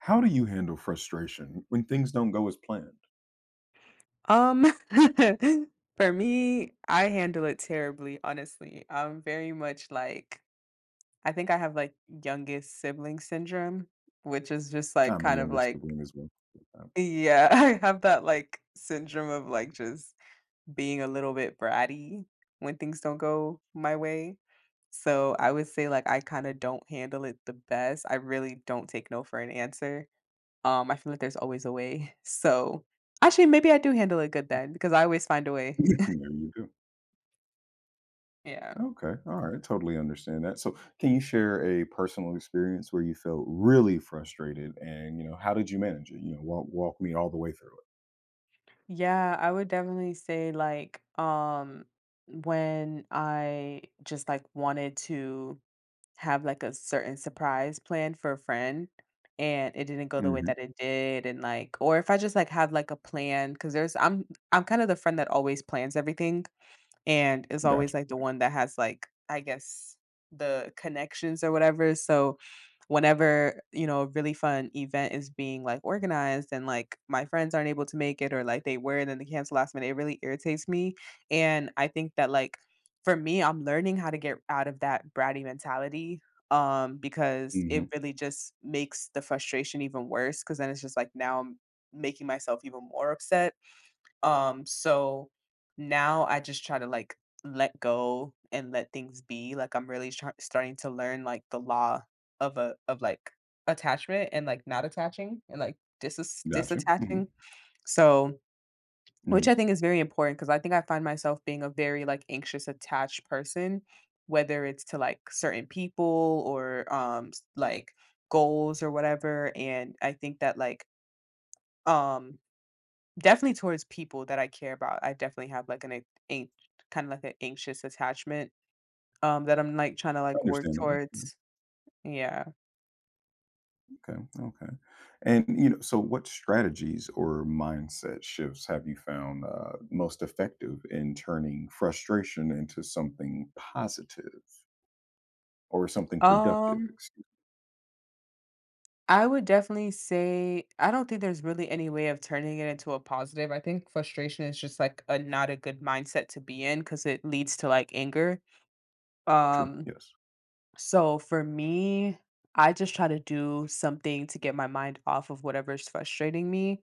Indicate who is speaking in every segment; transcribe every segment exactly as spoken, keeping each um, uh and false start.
Speaker 1: How do you handle frustration when things don't go as planned?
Speaker 2: Um, for me, I handle it terribly, honestly. I'm very much like, I think I have like youngest sibling syndrome, which is just like
Speaker 1: I'm a
Speaker 2: kind of
Speaker 1: younger
Speaker 2: like,
Speaker 1: sibling as well. Um,
Speaker 2: yeah, I have that like syndrome of like just being a little bit bratty when things don't go my way. So I would say like I kind of don't handle it the best. I really don't take no for an answer. Um, I feel like there's always a way. So actually, maybe I do handle it good then because I always find a way.
Speaker 1: There you go.
Speaker 2: Yeah.
Speaker 1: Okay. All right. Totally understand that. So, can you share a personal experience where you felt really frustrated, and you know, how did you manage it? You know, walk walk me all the way through
Speaker 2: Yeah, I would definitely say like um when I just like wanted to have like a certain surprise plan for a friend and it didn't go
Speaker 1: it.
Speaker 2: the way
Speaker 1: Hmm.
Speaker 2: that it did and like or if I just like have like a plan cuz there's I'm I'm kind of the friend that always plans everything and is always
Speaker 1: Gotcha.
Speaker 2: like the one that has like I guess the connections or whatever. So whenever, you know, a really fun event is being like organized and like my friends aren't able to make it or like they were and then they cancel last minute, it really irritates me. And I think that like for me, I'm learning how to get out of that bratty mentality um because
Speaker 1: Hmm.
Speaker 2: it really just makes the frustration even worse because then it's just like now I'm making myself even more upset, um, so now I just try to like let go and let things be. Like I'm really try- starting to learn like the law of a of like attachment and like not attaching and like dis-
Speaker 1: Gotcha. Hmm.
Speaker 2: disattaching. So
Speaker 1: Hmm.
Speaker 2: which I think is very important because I think I find myself being a very like anxious attached person, whether it's to like certain people or um s- like goals or whatever. And I think that like um definitely towards people that I care about, I definitely have, like, an a an kinda like an anxious attachment, um, that I'm, like, trying to, like, work
Speaker 1: Understandable.
Speaker 2: towards. Yeah.
Speaker 1: Okay, okay. And, you know, so what strategies or mindset shifts have you found uh, most effective in turning frustration into something positive or something productive?
Speaker 2: Um,
Speaker 1: Excuse
Speaker 2: I would definitely say I don't think there's really any way of turning it into a positive. I think frustration is just, like, a not a good mindset to be in because it leads to, like, anger.
Speaker 1: True.
Speaker 2: Um,
Speaker 1: Yes.
Speaker 2: so for me, I just try to do something to get my mind off of whatever's frustrating me.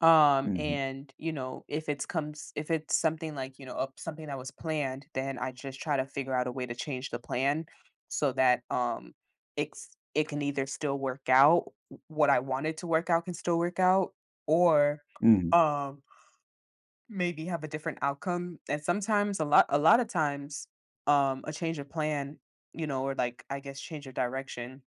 Speaker 2: um
Speaker 1: Hmm.
Speaker 2: And you know if it's comes if it's something like you know up something that was planned then I just try to figure out a way to change the plan so that um it's it can either still work out, what I wanted to work out can still work out, or
Speaker 1: Hmm.
Speaker 2: um maybe have a different outcome. And sometimes a lot a lot of times um a change of plan, you know, or like I guess change of direction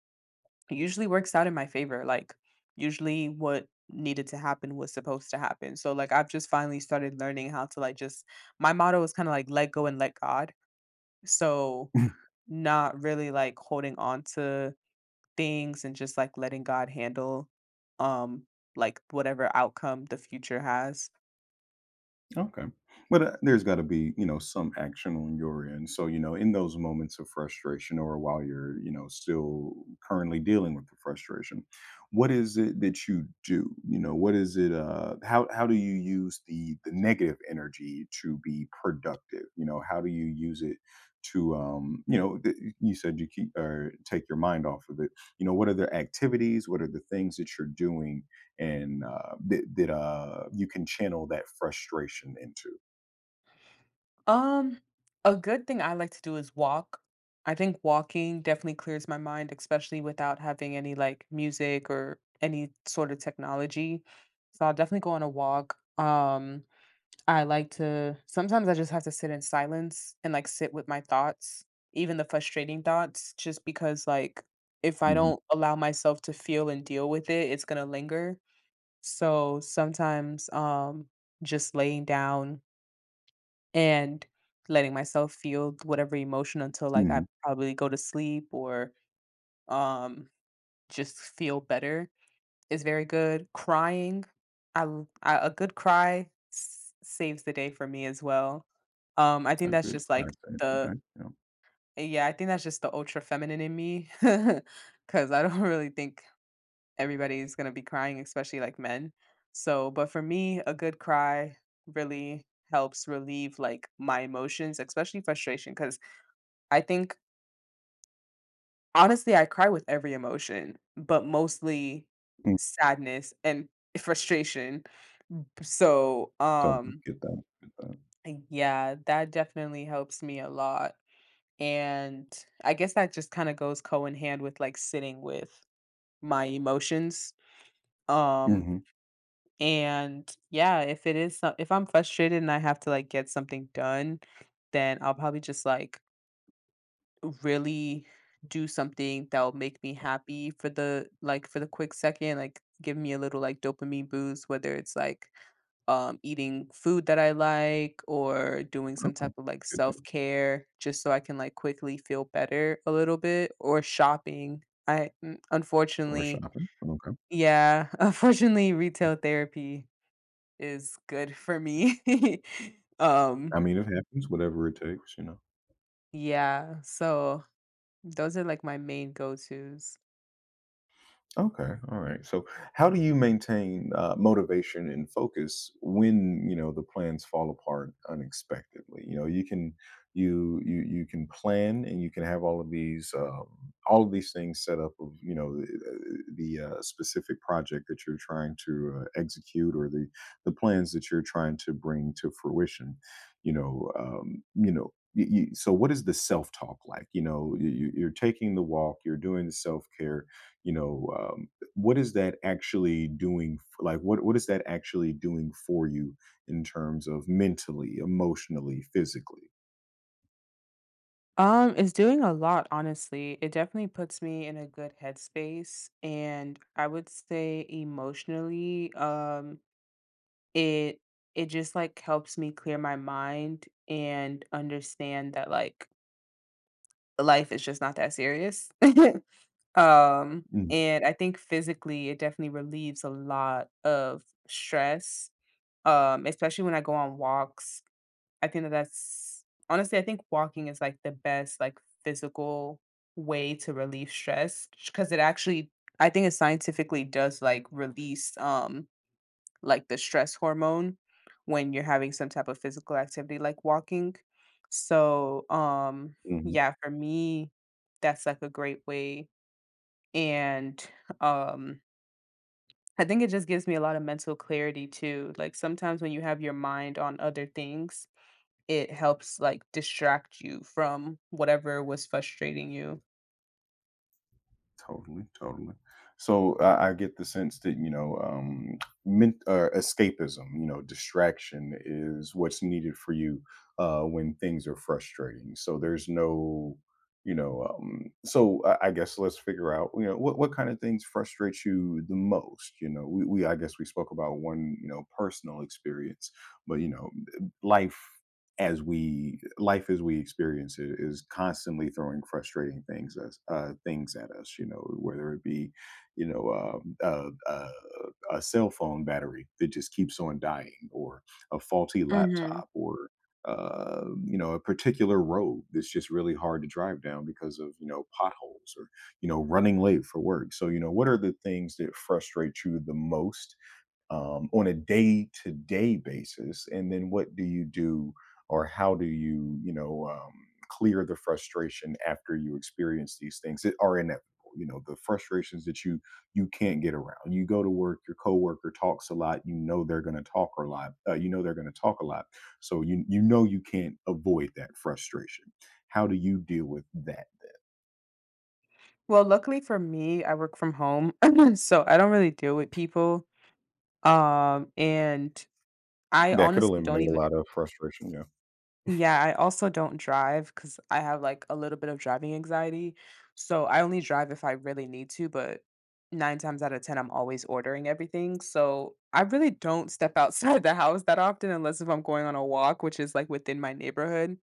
Speaker 2: usually works out in my favor. Like, usually what needed to happen was supposed to happen. So, like, I've just finally started learning how to, like, just my motto is kind of like let go and let God. So, not really like holding on to things and just like letting God handle, um, like whatever outcome the future has.
Speaker 1: Okay. But uh, there's got to be, you know, some action on your end. So, you know, in those moments of frustration or while you're, you know, still currently dealing with the frustration, what is it that you do? You know, what is it uh how how do you use the the negative energy to be productive? You know, how do you use it to um, you know, th- you said you keep or take your mind off of it. You know, what are the activities? What are the things that you're doing and uh, that that uh, you can channel that frustration into.
Speaker 2: Um, a good thing I like to do is walk. I think walking definitely clears my mind, especially without having any like music or any sort of technology. So I'll definitely go on a walk. Um, I like to sometimes I just have to sit in silence and like sit with my thoughts, even the frustrating thoughts, just because like if I
Speaker 1: Mhm,
Speaker 2: don't allow myself to feel and deal with it, it's gonna linger. So sometimes um just laying down and letting myself feel whatever emotion until like I
Speaker 1: mhm.
Speaker 2: probably go to sleep or um just feel better is very good. Crying, I, l- I- a good cry s- saves the day for me as well. Um, I think
Speaker 1: A
Speaker 2: that's
Speaker 1: good
Speaker 2: just
Speaker 1: cry
Speaker 2: like
Speaker 1: save
Speaker 2: the
Speaker 1: today. Yeah.
Speaker 2: yeah, I think that's just the ultra feminine in me because I don't really think everybody's going to be crying, especially like men. So, but for me, a good cry really helps relieve like my emotions, especially frustration. Cause I think honestly, I cry with every emotion, but mostly
Speaker 1: Mm,
Speaker 2: sadness and frustration. So,
Speaker 1: totally
Speaker 2: um,
Speaker 1: get that. Get that.
Speaker 2: yeah, that definitely helps me a lot. And I guess that just kind of goes co in hand with like sitting with my emotions. Um,
Speaker 1: Mhm.
Speaker 2: And yeah, if it is so if I'm frustrated and I have to like get something done, then I'll probably just like really do something that'll make me happy for the like for the quick second, like give me a little like dopamine boost, whether it's like um eating food that I like or doing some
Speaker 1: Okay.
Speaker 2: type of like
Speaker 1: Good thing.
Speaker 2: self-care just so I can like quickly feel better a little bit or shopping. I mm,
Speaker 1: Or
Speaker 2: unfortunately,
Speaker 1: shopping. Okay.
Speaker 2: yeah, unfortunately retail therapy is good for me. Um,
Speaker 1: I mean, it happens. Whatever it takes. You know.
Speaker 2: yeah, so those are, like, my main go-tos.
Speaker 1: Okay, all right. So, how do you maintain uh, motivation and focus when you know the plans fall apart unexpectedly? You know, you can you you you can plan and you can have all of these um, all of these things set up of you know the, the uh, specific project that you're trying to uh, execute or the the plans that you're trying to bring to fruition. You know, um, you know. Y y So what is the self-talk like? You know you, you- you're taking the walk, you're doing the self-care, you know, um, what is that actually doing f like, what what is that actually doing for you in terms of mentally, emotionally, physically?
Speaker 2: Um, it's doing a lot, honestly. It definitely puts me in a good headspace, and I would say emotionally, um, it it just, like, helps me clear my mind and understand that, like, life is just not that serious. Um,
Speaker 1: Mhm,
Speaker 2: and I think physically, it definitely relieves a lot of stress, um, especially when I go on walks. I think that that's honestly, I think walking is like the best like physical way to relieve stress because it actually, I think it scientifically does like release um like the stress hormone when you're having some type of physical activity like walking. So um
Speaker 1: mhm.
Speaker 2: yeah, for me, that's like a great way. And um I think it just gives me a lot of mental clarity too. Like sometimes when you have your mind on other things, it helps like distract you from whatever was frustrating you.
Speaker 1: Totally, totally. So I, I get the sense that you know, um, men- uh, escapism, you know, distraction is what's needed for you uh, when things are frustrating. So there's no, you know, um, so I, I guess let's figure out, you know, what what kind of things frustrate you the most. You know, we, we I guess we spoke about one, you know, personal experience, but you know, life as we life as we experience it is constantly throwing frustrating things as uh, things at us, you know, whether it be you know um, uh, uh, a cell phone battery that just keeps on dying, or a faulty
Speaker 2: Hmm
Speaker 1: laptop, or uh, you know, a particular road that's just really hard to drive down because of, you know, potholes, or you know, running late for work. So you know, what are the things that frustrate you the most, um, on a day to day basis? And then what do you do, or how do you, you know, um, clear the frustration after you experience these things that are inevitable? You know, the frustrations that you you can't get around. You go to work, your coworker talks a lot. You know they're going to talk a lot. Uh, you know they're going to talk a lot. So you you know, you can't avoid that frustration. How do you deal with that?
Speaker 2: Well, luckily for me, I work from home, so I don't really deal with people. Um, and I
Speaker 1: That could
Speaker 2: honestly don't
Speaker 1: eliminate a
Speaker 2: even,
Speaker 1: lot of frustration. Yeah,
Speaker 2: yeah, I also don't drive drive because I have, like, a little bit of driving anxiety, so I only drive if I really need to, but nine times out of ten, I'm always ordering everything, so I really don't step outside the house that often unless if I'm going on a walk, which is, like, within my neighborhood,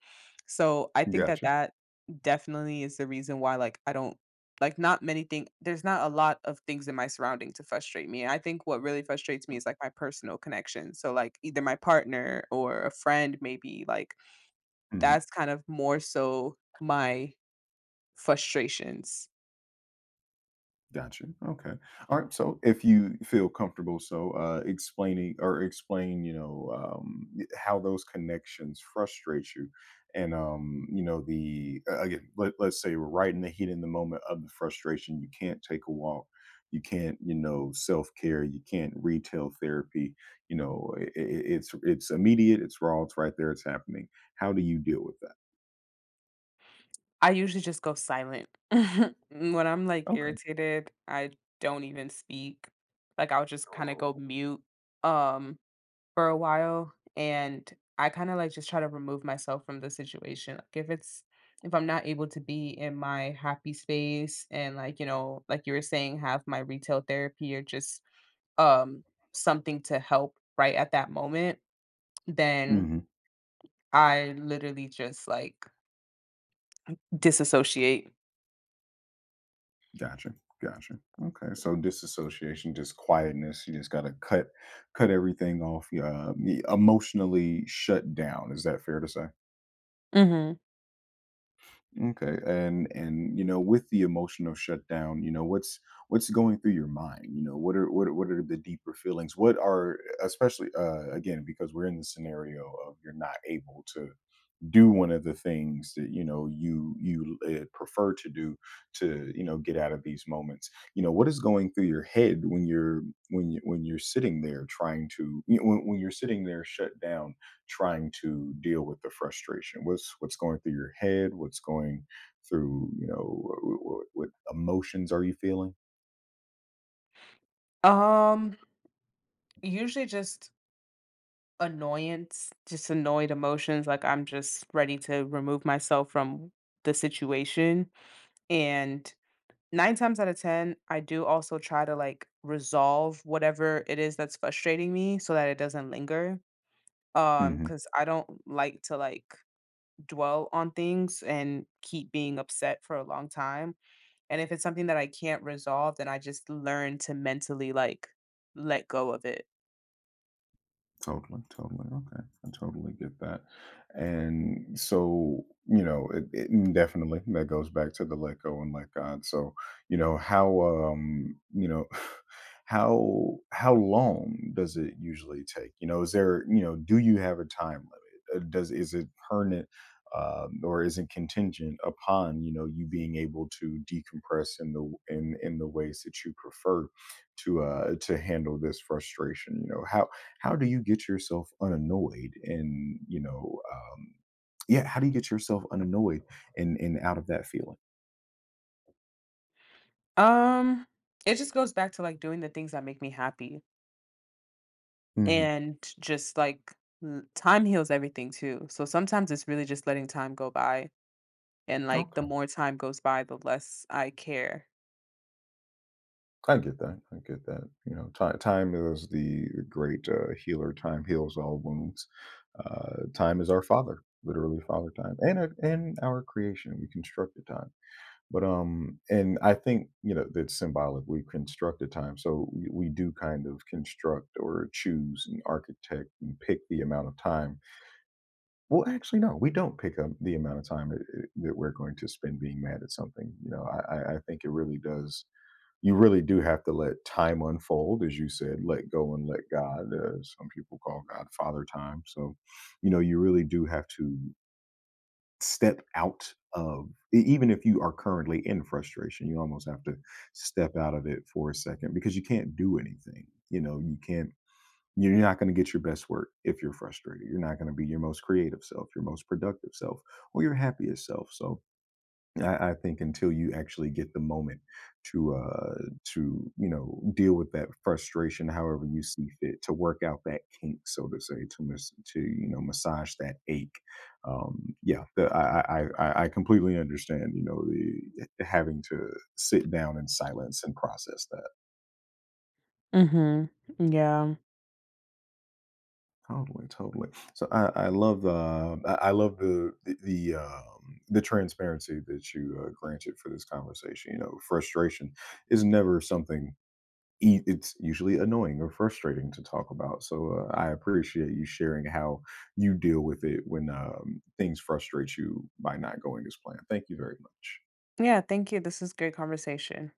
Speaker 2: so I think that
Speaker 1: gotcha.
Speaker 2: that definitely is the reason why, like, I don't like, not many things. There's not a lot of things in my surrounding to frustrate me. I think what really frustrates me is, like, my personal connection, so, like, either my partner or a friend maybe, like
Speaker 1: Mhm.
Speaker 2: that's kind of more so my frustrations.
Speaker 1: Gotcha. Okay. All right. So, if you feel comfortable, so uh, explaining or explain, you know, um, y- how those connections frustrate you, and um, you know, the uh, again, let, let's say we're right in the heat in the moment of the frustration, you can't take a walk, you can't, you know, self care, you can't retail therapy. You know, I I it's it's immediate, it's raw, it's right there, it's happening. How do you deal with that?
Speaker 2: I usually just go silent. When I'm, like,
Speaker 1: Okay.
Speaker 2: irritated, I don't even speak. Like, I'll just kinda go mute, um, for a while, and I kinda, like, just try to remove myself from the situation. Like, if it's if I'm not able to be in my happy space and, like, you know, like you were saying, have my retail therapy or just, um, something to help right at that moment, then
Speaker 1: Hmm.
Speaker 2: I literally just, like, disassociate.
Speaker 1: Gotcha. Gotcha. Okay. So disassociation, just quietness. You just gotta cut cut everything off. You uh, e- emotionally shut down. Is that fair to say?
Speaker 2: Mhm.
Speaker 1: Okay. And and you know, with the emotional shutdown, you know, what's what's going through your mind? You know, what are what are, what are the deeper feelings? What are especially uh again, because we're in the scenario of you're not able to do one of the things that you know you you uh, prefer to do to you know get out of these moments. You know, what is going through your head when you're when you when you're sitting there trying to you know, when, when you're sitting there shut down, trying to deal with the frustration. what's what's going through your head? What's going through, you know, what, what emotions are you feeling?
Speaker 2: Um, usually just annoyance, just annoyed emotions, like, I'm just ready to remove myself from the situation, and nine times out of ten, I do also try to, like, resolve whatever it is that's frustrating me so that it doesn't linger. Um,
Speaker 1: Mhm.
Speaker 2: Because I don't like to, like, dwell on things and keep being upset for a long time. And if it's something that I can't resolve, then I just learn to mentally like let go of it.
Speaker 1: Totally, totally. Okay, I totally get that. And so, you know, it, it and definitely that goes back to the let go and let God. So, you know, how um, you know, how how long does it usually take? You know, is there, you know, do you have a time limit? Uh, Does is it permanent, um, or is it contingent upon you know you being able to decompress in the in in the ways that you prefer to uh to handle this frustration? You know, how how do you get yourself unannoyed and you know um, yeah how do you get yourself unannoyed and and out of that feeling?
Speaker 2: Um, it just goes back to like doing the things that make me happy
Speaker 1: Hmm.
Speaker 2: and just like l- time heals everything too. So sometimes it's really just letting time go by. And like the
Speaker 1: Okay.
Speaker 2: more time goes by, the less I care.
Speaker 1: I get that. I get that. You know, time time is the great uh, healer. Time heals all wounds. Uh, time is our father, literally father time, and our- and our creation. We constructed time, but um, and I think you know that's symbolic. We constructed time, so we, we do kind of construct or choose and architect and pick the amount of time. Well, actually, no, we don't pick up the amount of time that eh, that we're going to spend being mad at something, you know, I I I think it really does, you really do have to let time unfold, as you said, let go and let God, uh, some people call God father time, so, you know, you really do have to step out of, e even if you are currently in frustration, you almost have to step out of it for a second because you can't do anything, you know, you can't you're not going to get your best work if you're frustrated. You're not going to be your most creative self, your most productive self, or your happiest self. So I, I think until you actually get the moment to uh, to you know deal with that frustration, however you see fit, to work out that kink, so to say, to mas- to you know massage that ache. Um, yeah, the, I, I I I completely understand. You know, the having to sit down in silence and process that.
Speaker 2: Mm-hmm. Yeah.
Speaker 1: Totally, totally. So I, I love the I I love the the the, um, the transparency that you uh, granted for this conversation. You know, frustration is never something. e- It's usually annoying or frustrating to talk about. So uh, I appreciate you sharing how you deal with it when um, things frustrate you by not going as planned. Thank you very much.
Speaker 2: Yeah. Thank you. This is great conversation.